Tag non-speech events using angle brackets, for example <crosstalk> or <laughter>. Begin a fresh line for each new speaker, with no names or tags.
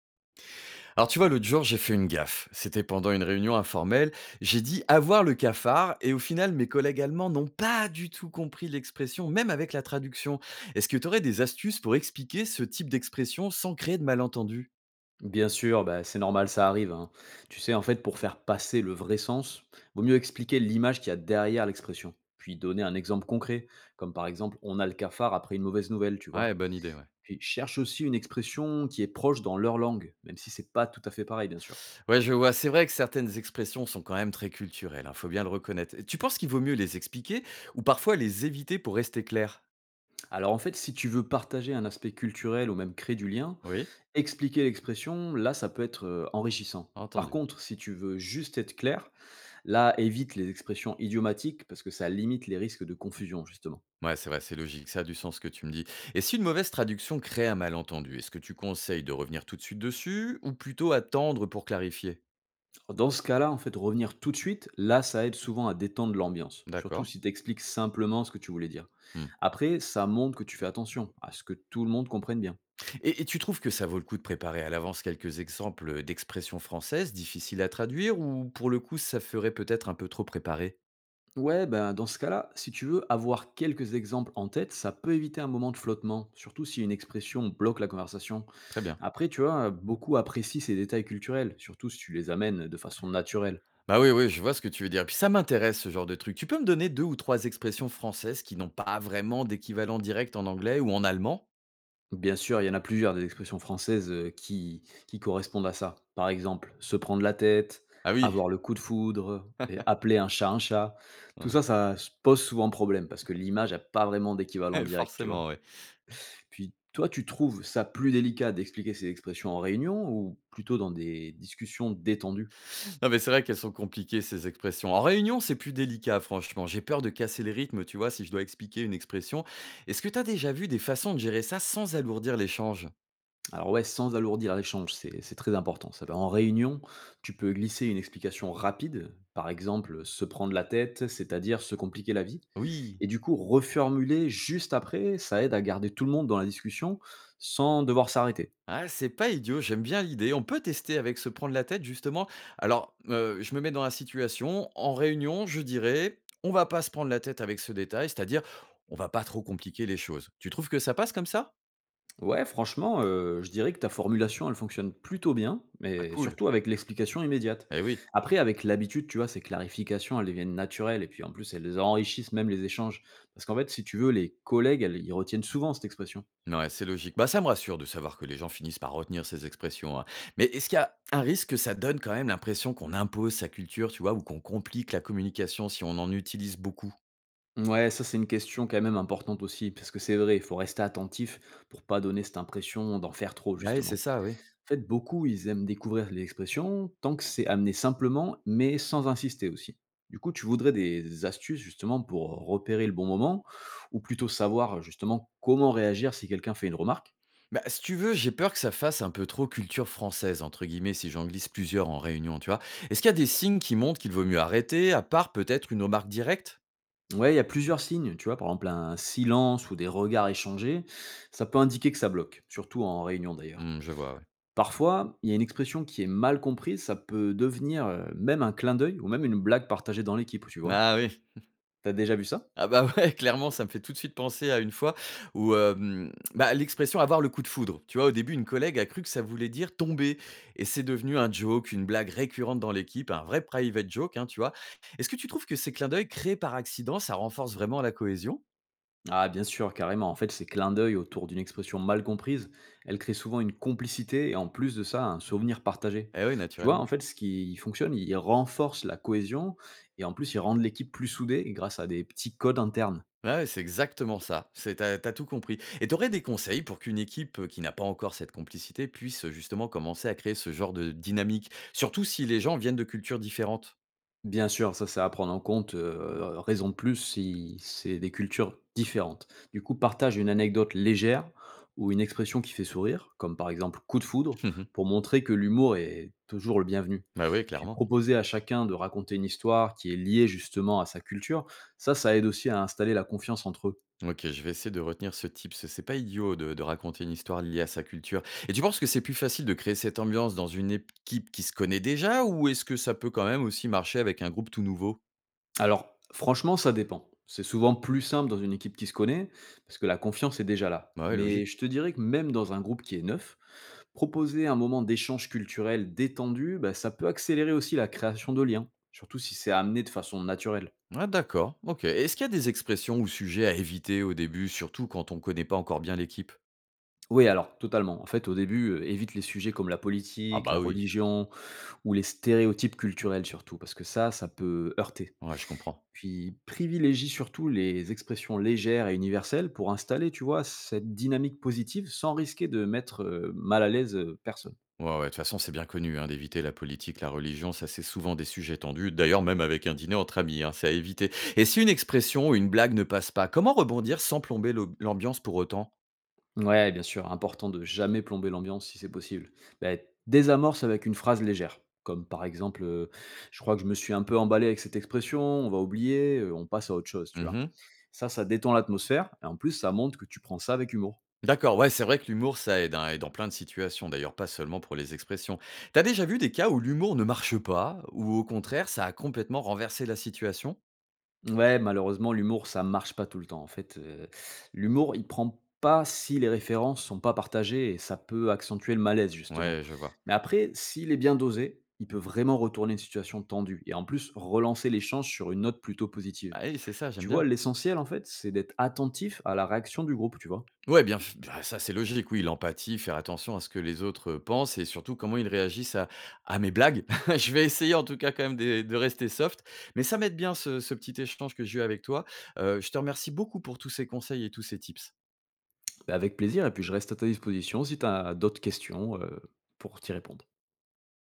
Alors tu vois, l'autre jour, j'ai fait une gaffe. C'était pendant une réunion informelle. J'ai dit avoir le cafard et au final, mes collègues allemands n'ont pas du tout compris l'expression, même avec la traduction. Est-ce que tu aurais des astuces pour expliquer ce type d'expression sans créer de malentendus?
Bien sûr, bah, c'est normal, ça arrive, hein. Tu sais, en fait, pour faire passer le vrai sens, vaut mieux expliquer l'image qu'il y a derrière l'expression, puis donner un exemple concret, comme par exemple on a le cafard après une mauvaise nouvelle, tu vois.
Ouais, bonne idée, ouais.
Puis cherche aussi une expression qui est proche dans leur langue, même si c'est pas tout à fait pareil, bien sûr.
Ouais, je vois. C'est vrai que certaines expressions sont quand même très culturelles, il faut bien le reconnaître. Tu penses qu'il vaut mieux les expliquer ou parfois les éviter pour rester clair?
Alors en fait, si tu veux partager un aspect culturel ou même créer du lien,
Oui,
expliquer l'expression, là, ça peut être enrichissant. Par
entendu.
contre, si tu veux juste être clair, là, évite les expressions idiomatiques parce que ça limite les risques de confusion, justement.
Ouais, c'est vrai, c'est logique, ça a du sens ce que tu me dis. Et si une mauvaise traduction crée un malentendu, est-ce que tu conseilles de revenir tout de suite dessus ou plutôt attendre pour clarifier?
Dans ce cas-là, en fait, revenir tout de suite, là, ça aide souvent à détendre l'ambiance, surtout
D'accord.
si tu expliques simplement ce que tu voulais dire.
Hmm.
Après, ça montre que tu fais attention à ce que tout le monde comprenne bien.
Et tu trouves que ça vaut le coup de préparer à l'avance quelques exemples d'expressions françaises difficiles à traduire ou pour le coup ça ferait peut-être un peu trop préparé?
Ouais, ben dans ce cas-là, si tu veux avoir quelques exemples en tête, ça peut éviter un moment de flottement, surtout si une expression bloque la conversation.
Très bien.
Après, tu vois, beaucoup apprécient ces détails culturels, surtout si tu les amènes de façon naturelle.
Bah oui, oui, je vois ce que tu veux dire. Puis ça m'intéresse ce genre de truc. Tu peux me donner deux ou trois expressions françaises qui n'ont pas vraiment d'équivalent direct en anglais ou en allemand?
Bien sûr, il y en a plusieurs des expressions françaises, qui correspondent à ça. Par exemple, se prendre la tête,
Ah oui,
avoir le coup de foudre et
<laughs>
appeler un chat un chat. Tout ça, ça s pose souvent problème parce que l'image a pas vraiment d'équivalent
Ouais,
direct, tu vois?
forcément, oui.
Puis toi, tu trouves ça plus délicat d'expliquer ces expressions en réunion ou plutôt dans des discussions détendues?
Non, mais c'est vrai qu'elles sont compliquées ces expressions. En réunion, c'est plus délicat, franchement. J'ai peur de casser les rythmes, tu vois, si je dois expliquer une expression. Est-ce que tu as déjà vu des façons de gérer ça sans alourdir l'échange?
Alors ouais, sans alourdir l'échange, c'est très important ça. En réunion, tu peux glisser une explication rapide, par exemple, se prendre la tête, c'est-à-dire se compliquer la vie.
Oui.
Et du coup, reformuler juste après, ça aide à garder tout le monde dans la discussion sans devoir s'arrêter.
Ah, c'est pas idiot, j'aime bien l'idée. On peut tester avec se prendre la tête, justement. Alors, je me mets dans la situation. En réunion, je dirais, on va pas se prendre la tête avec ce détail, c'est-à-dire, on va pas trop compliquer les choses. Tu trouves que ça passe comme ça?
Ouais, franchement, je dirais que ta formulation, elle fonctionne plutôt bien,
Ah,
mais
cool.
surtout avec l'explication immédiate.
Eh oui.
Après, avec l'habitude, tu vois, ces clarifications, elles deviennent naturelles et puis en plus, elles enrichissent même les échanges. Parce qu'en fait, si tu veux, les collègues, elles ils retiennent souvent cette expression.
Ouais, c'est logique. Bah, ça me rassure de savoir que les gens finissent par retenir ces expressions, hein. Mais est-ce qu'il y a un risque que ça donne quand même l'impression qu'on impose sa culture, tu vois, ou qu'on complique la communication si on en utilise beaucoup?
Ouais, ça, c'est une question quand même importante aussi, parce que c'est vrai, il faut rester attentif pour pas donner cette impression d'en faire trop,
Ouais, c'est
justement.
ça, oui.
En fait, beaucoup, ils aiment découvrir les expressions tant que c'est amené simplement, mais sans insister aussi. Du coup, tu voudrais des astuces justement pour repérer le bon moment, ou plutôt savoir justement comment réagir si quelqu'un fait une remarque.
Bah, si tu veux, j'ai peur que ça fasse un peu trop culture française, entre guillemets, si j'en glisse plusieurs en réunion, tu vois. Est-ce qu'il y a des signes qui montrent qu'il vaut mieux arrêter, à part peut-être une remarque directe?
Ouais, il y a plusieurs signes, tu vois, par exemple un silence ou des regards échangés, ça peut indiquer que ça bloque, surtout en réunion d'ailleurs.
Hmm, je vois, ouais.
Parfois, il y a une expression qui est mal comprise, ça peut devenir même un clin d'œil ou même une blague partagée dans l'équipe, tu vois.
Ah oui.
T'as déjà vu ça?
Ah bah, ouais, <laughs> clairement, ça me fait tout de suite penser à une fois où, bah, l'expression «avoir le coup de foudre», tu vois? Au début, une collègue a cru que ça voulait dire tomber et c'est devenu un joke, une blague récurrente dans l'équipe, un vrai private joke, hein, tu vois? Est-ce que tu trouves que ces clins d'œil créés par accident, ça renforce vraiment la cohésion?
Ah bien sûr, carrément. En fait, ces clins d'œil autour d'une expression mal comprise, elle crée souvent une complicité et en plus de ça, un souvenir partagé.
Eh oui,
Tu vois, en
naturellement.
fait, ce qui fonctionne, il renforce la cohésion et en plus, il rend l'équipe plus soudée grâce à des petits codes internes.
Ouais, ouais, c'est exactement ça. C'est t'as as tout compris et t'aurais des conseils pour qu'une équipe, qui n'a pas encore cette complicité puisse, justement commencer à créer ce genre de dynamique? Surtout si les gens viennent de cultures différentes.
Bien sûr, ça, c'est à prendre en compte, raison de plus si c'est des cultures différentes. Du coup, partage une anecdote légère ou une expression qui fait sourire, comme par exemple: «coup de foudre», pour montrer que l'humour est toujours le bienvenu.
<laughs> Bah, oui,
Puis
clairement.
proposer à chacun de raconter une histoire qui est liée justement à sa culture, ça aide aussi à installer la confiance entre eux.
OK, je vais essayer de retenir ce tips. C'est pas idiot de raconter une histoire liée à sa culture. Et tu penses que c'est plus facile de créer cette ambiance dans une équipe qui se connaît déjà ou est-ce que ça peut quand même aussi marcher avec un groupe tout nouveau?
Alors, franchement, ça dépend. C'est souvent plus simple dans une équipe qui se connaît, parce que la confiance est déjà là.
Bah ouais,
Mais je
logique.
te dirais que même dans un groupe qui est neuf, proposer un moment d'échange culturel détendu, bah, ça peut accélérer aussi la création de liens, surtout si c'est amené de façon naturelle.
Ah d'accord. OK. Est-ce qu'il y a des expressions ou sujets à éviter au début, surtout quand on connaît pas encore bien l'équipe?
Oui, alors, totalement. En fait, au début, évite les sujets comme la
Ah
politique,
bah
la
oui.
religion ou les stéréotypes culturels surtout, parce que ça peut heurter.
Ouais, je comprends.
Puis privilégie surtout les expressions légères et universelles pour installer, tu vois, cette dynamique positive sans risquer de mettre mal à l'aise personne.
Ouais, ouais, de toute façon, c'est bien connu hein, d'éviter la politique, la religion, ça c'est souvent des sujets tendus, d'ailleurs même avec un dîner entre amis, hein, c'est à éviter. Et si une expression ou une blague ne passe pas, comment rebondir sans plomber l'ambiance pour autant?
Ouais, bien sûr, important de jamais plomber l'ambiance si c'est possible. Ben, désamorce avec une phrase légère, comme par exemple je crois que je me suis un peu emballé avec cette expression, on va oublier, on passe à autre chose, tu vois.
Mhm.
Ça détend l'atmosphère, et en plus, ça montre que tu prends ça avec humour.
D'accord, ouais, c'est vrai que l'humour ça aide, hein, et dans plein de situations, d'ailleurs pas seulement pour les expressions. T'as déjà vu des cas où l'humour ne marche pas, ou au contraire, ça a complètement renversé la situation?
Ouais, malheureusement, l'humour, ça marche pas tout le temps. En fait, l'humour, il prend pas si les références sont pas partagées et ça peut accentuer le malaise, justement.
Ouais, je vois.
Mais après, s'il est bien dosé, il peut vraiment retourner une situation tendue et en plus relancer l'échange sur une note plutôt positive.
Ah oui, c'est ça, j'aime
Tu vois,
bien.
l'essentiel, en fait, c'est d'être attentif à la réaction du groupe, tu vois?
Ouais, bien f bah, ça, c'est logique, oui, l'empathie, faire attention à ce que les autres, pensent et surtout comment ils réagissent à mes blagues. <laughs> Je vais essayer en tout cas quand même de rester soft, mais ça m'aide bien ce petit échange que j'ai eu avec toi. Je te remercie beaucoup pour tous ces conseils et tous ces tips.
Bah, avec plaisir et puis je reste à ta disposition si tu as d'autres questions, pour t'y répondre.